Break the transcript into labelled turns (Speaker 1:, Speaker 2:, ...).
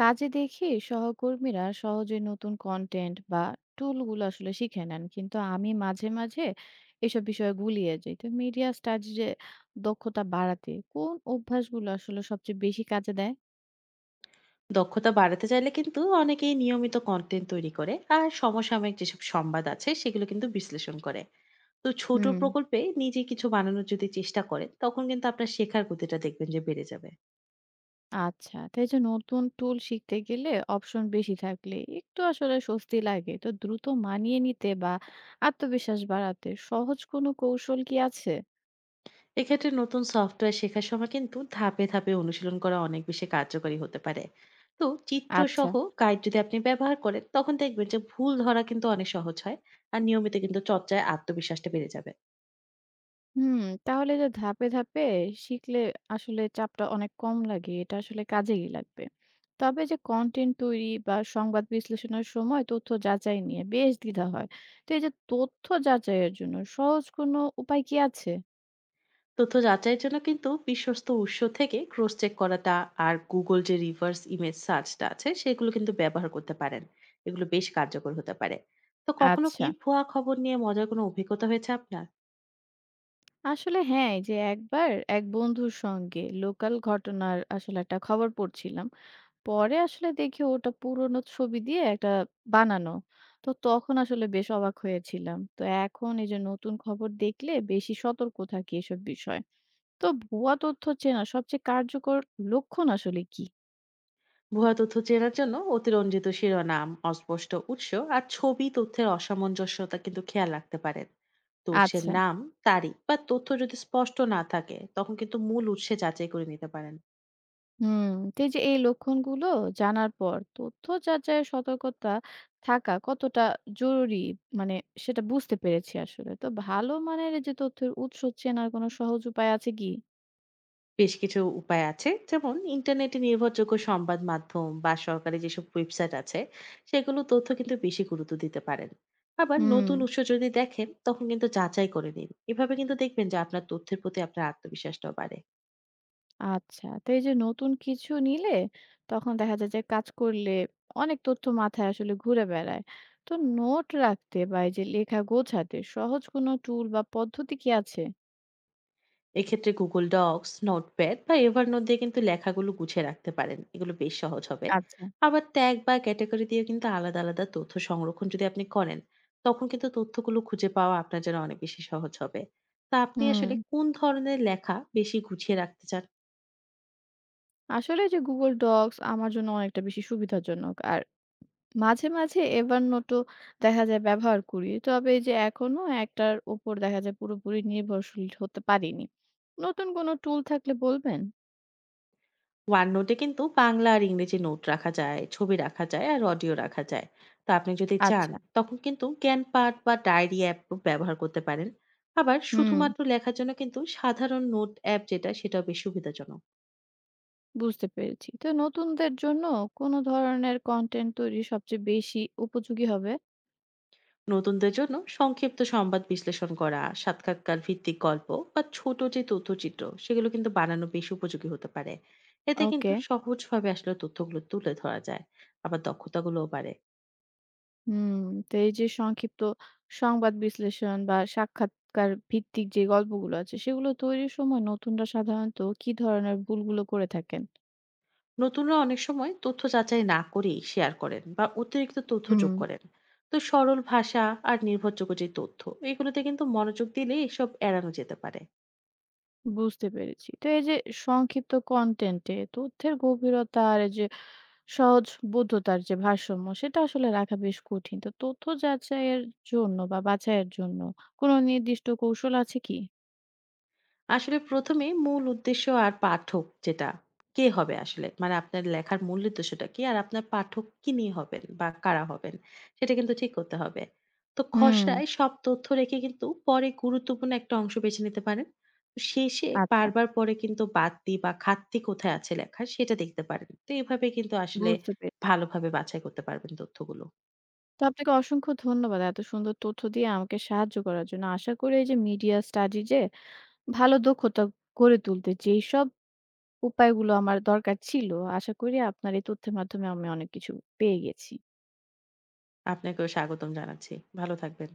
Speaker 1: কাজে দেখি সহকর্মীরা সহজে নতুন কন্টেন্ট বা টুলগুলো আসলে শিখে নেন, কিন্তু আমি মাঝে মাঝে এসব বিষয়ে গুলিয়ে যাই। তো মিডিয়া স্টাডিজে দক্ষতা বাড়াতে কোন অভ্যাসগুলো আসলে সবচেয়ে বেশি কাজে দেয়?
Speaker 2: দক্ষতা বাড়াতে চাইলে কিন্তু অনেকেই নিয়মিত কন্টেন্ট তৈরি করে আর সমসাময়িক যেসব সংবাদ আছে সেগুলো কিন্তু বিশ্লেষণ করে। তো ছোট
Speaker 1: হুম।
Speaker 2: প্রকল্পে নিজে কিছু বানানোর যদি চেষ্টা করে তখন কিন্তু আপনার শেখার গতিটা দেখবেন যে বেড়ে যাবে।
Speaker 1: আচ্ছা, তাই যে নতুন টুল শিখতে গেলে অপশন বেশি থাকলে একটু আসলে স্বস্তি লাগে। তো দ্রুত মানিয়ে নিতে বা আত্মবিশ্বাস বাড়াতে সহজ কোনো কৌশল কি আছে?
Speaker 2: এক্ষেত্রে নতুন সফটওয়্যার শেখার সময় কিন্তু ধাপে ধাপে অনুশীলন করা অনেক বেশি কার্যকরী হতে পারে। তো চিত্র
Speaker 1: আচ্ছা।
Speaker 2: সহ গাইড যদি আপনি ব্যবহার করেন তখন দেখবেন যে ভুল ধরা কিন্তু অনেক সহজ হয়। আর নিয়মিত কিন্তু চর্চায় আত্মবিশ্বাসটা বেড়ে যাবে।
Speaker 1: হুম, তাহলে যে ধাপে ধাপে শিখলে আসলে চাপটা অনেক কম লাগে। এটা আসলে কাজেই লাগবে। তবে যে কনটেন্ট তৈরি বা সংবাদ বিশ্লেষণের সময় তথ্য যাচাই নিয়ে বেশ দ্বিধা হয়। তো এই যে তথ্য যাচাইয়ের জন্য সহজ কোনো উপায় কি আছে?
Speaker 2: তথ্য যাচাইয়ের জন্য কিন্তু বিশ্বস্ত উৎস থেকে ক্রস চেক করাটা আর গুগল যে রিভার্স ইমেজ সার্চটা আছে সেগুলো কিন্তু ব্যবহার করতে পারেন। এগুলো বেশ কার্যকর হতে পারে। তো কখনো
Speaker 1: আচ্ছা।
Speaker 2: কি ভুয়া খবর নিয়ে মজার কোনো অভিজ্ঞতা হয়েছে আপনার?
Speaker 1: আসলে হ্যাঁ, এই যে একবার এক বন্ধুর সঙ্গে লোকাল ঘটনার আসলে একটা খবর পড়ছিলাম। পরে আসলে দেখি ওটা পুরনো ছবি দিয়ে একটা বানানো। তো তখন আসলে বেশ অবাক হয়েছিলাম। তো এখন এই যে নতুন খবর দেখলে বেশি সতর্ক থাকি এসব বিষয়ে। তো ভুয়া তথ্য চেনার সবচেয়ে কার্যকর লক্ষণ আসলে কি?
Speaker 2: ভুয়া তথ্য চেনার জন্য অতিরঞ্জিত শিরোনাম, অস্পষ্ট উৎস আর ছবি তথ্যের অসামঞ্জস্যতা কিন্তু খেয়াল রাখতে পারেন। তো উৎসের
Speaker 1: আচ্ছা।
Speaker 2: নাম, তারিখ বা তথ্য যদি স্পষ্ট না থাকে তখন কিন্তু মূল উৎসে যাচাই করে নিতে পারেন।
Speaker 1: হুম। তো এই যে এই লক্ষণগুলো জানার পর তথ্য যাচাইয়ের সতর্কতা থাকা কতটা জরুরি, মানে সেটা বুঝতে পেরেছি আসলে। তো ভালো মানের এই যে তথ্যের উৎস চেনার কোনো সহজ উপায় আছে কি?
Speaker 2: বেশ কিছু উপায় আছে, যেমন ইন্টারনেটে নির্ভরযোগ্য সংবাদ মাধ্যম বা সরকারি যেসব ওয়েবসাইট আছে সেগুলো তথ্য কিন্তু বেশি গুরুত্ব দিতে পারেন। আবার
Speaker 1: হুম।
Speaker 2: নতুন উৎস যদি দেখেন তখন কিন্তু যাচাই করে নিন, এভাবে কিন্তু দেখবেন যে আপনার তথ্যের প্রতি আপনার আত্মবিশ্বাসটাও বাড়ে।
Speaker 1: আচ্ছা। তো এই যে নতুন কিছু নিলে তখন দেখা যায় যে কাজ করলে অনেক তথ্য মাথায় আসলে ঘুরে বেড়ায়। তো নোট রাখতে বা এই যে লেখা গোছাতে সহজ কোনো টুল বা পদ্ধতি কি আছে?
Speaker 2: এক্ষেত্রে গুগল ডক্স, নোটপ্যাড বা এভারনোট দিয়ে কিন্তু লেখাগুলো গুছিয়ে রাখতে পারেন, এগুলো বেশ সহজ হবে।
Speaker 1: আচ্ছা।
Speaker 2: আবার ট্যাগ বা ক্যাটাগরি দিয়ে কিন্তু আলাদা আলাদা তথ্য সংরক্ষণ যদি আপনি করেন তখন কিন্তু তথ্যগুলো খুঁজে পাওয়া আপনার জন্য অনেক বেশি সহজ হবে। তা আপনি
Speaker 1: হুম,
Speaker 2: আসলে কোন ধরনের লেখা বেশি গুছিয়ে রাখতে চান?
Speaker 1: আসলে যে Google Docs আমার জন্য অনেকটা বেশি সুবিধাজনক। আর মাঝে মাঝে Evernote ও দেখা যায় ব্যবহার করি। তবে এই যে এখনো একটার উপর দেখা যায় পুরোপুরি নির্ভরশীল হতে পারিনি। নতুন কোনো টুল থাকলে বলবেন?
Speaker 2: OneNote এ কিন্তু বাংলা আর ইংরেজি নোট রাখা যায়, ছবি রাখা যায় আর অডিও রাখা যায়। তো আপনি যদি চান
Speaker 1: আচ্ছা।
Speaker 2: তখন কিন্তু জ্ঞান পাঠ বা ডায়েরি অ্যাপ ব্যবহার করতে পারেন। আবার
Speaker 1: হুম।
Speaker 2: শুধুমাত্র লেখার জন্য কিন্তু সাধারণ নোট অ্যাপ যেটা সেটাও বেশ সুবিধাজনক।
Speaker 1: বুঝতে পেরেছি। তো নতুনদের জন্য কোন ধরনের কনটেন্ট তৈরি সবচেয়ে বেশি উপযোগী হবে?
Speaker 2: নতুনদের জন্য সংক্ষিপ্ত সংবাদ বিশ্লেষণ করা, সাক্ষাৎকার ভিত্তিক গল্প বা ছোট যে তথ্যচিত্র সেগুলো কিন্তু বানানো বেশ উপযোগী হতে পারে। এতে
Speaker 1: ওকে।
Speaker 2: কিন্তু সহজভাবে আসলে তথ্যগুলো তুলে ধরা যায়। আবার দক্ষতাগুলোও বাড়ে।
Speaker 1: হুম। তো এই যে সংক্ষিপ্ত সংবাদ বিশ্লেষণ বা সাক্ষাৎকার ভিত্তিক যে গল্পগুলো আছে সেগুলো তৈরির সময় নতুনরা সাধারণত কি ধরনের ভুলগুলো করে থাকেন?
Speaker 2: নতুনরা অনেক সময় তথ্য যাচাই না করেই শেয়ার করেন বা অতিরিক্ত তথ্য
Speaker 1: হুম,
Speaker 2: যোগ করেন। তো সরল ভাষা আর নির্ভরযোগ্য যে তথ্য, এগুলোতে কিন্তু মনোযোগ দিলে এসব এড়ানো যেতে পারে।
Speaker 1: বুঝতে পেরেছি। তো এই যে সংক্ষিপ্ত কনটেন্টে তথ্যের গভীরতা আর এই যে সহজবোধ্যতার যে ভারসাম্য সেটা আসলে রাখা বেশ কঠিন। তো তথ্য যাচাইয়ের জন্য বা বাছাইয়ের জন্য কোনো নির্দিষ্ট কৌশল আছে কি?
Speaker 2: আসলে প্রথম এ মূল উদ্দেশ্য আর পাঠক যেটা, কে হবে আসলে? মানে আপনার লেখার মূল উদ্দেশ্যটা কি? আর আপনার পাঠক কি নিয়ে হবেন বা কারা হবেন? সেটা কিন্তু ঠিক করতে হবে। তো
Speaker 1: হুম,
Speaker 2: খসড়ায় সব তথ্য রেখে কিন্তু পরে গুরুত্বপূর্ণ একটা অংশ বেছে নিতে পারেন। তো শেষে
Speaker 1: আচ্ছা,
Speaker 2: বারবার পরে কিন্তু বাড়তি বা ঘাটতি কোথায় আছে লেখার সেটা দেখতে পারেন। তো এভাবে কিন্তু আসলে
Speaker 1: বুঝতে পেরেছি।
Speaker 2: ভালোভাবে বাছাই করতে পারবেন তথ্যগুলো।
Speaker 1: তো আপনাকে অসংখ্য ধন্যবাদ এত সুন্দর তথ্য দিয়ে আমাকে সাহায্য করার জন্য। আশা করি এই যে মিডিয়া স্টাডি যে ভালো দক্ষতা গড়ে তুলতে যেইসব উপায়গুলো আমার দরকার ছিল, আশা করি আপনার এই তথ্যের মাধ্যমে আমি অনেক কিছু পেয়ে গেছি।
Speaker 2: আপনাকেও স্বাগতম জানাচ্ছি। ভালো থাকবেন।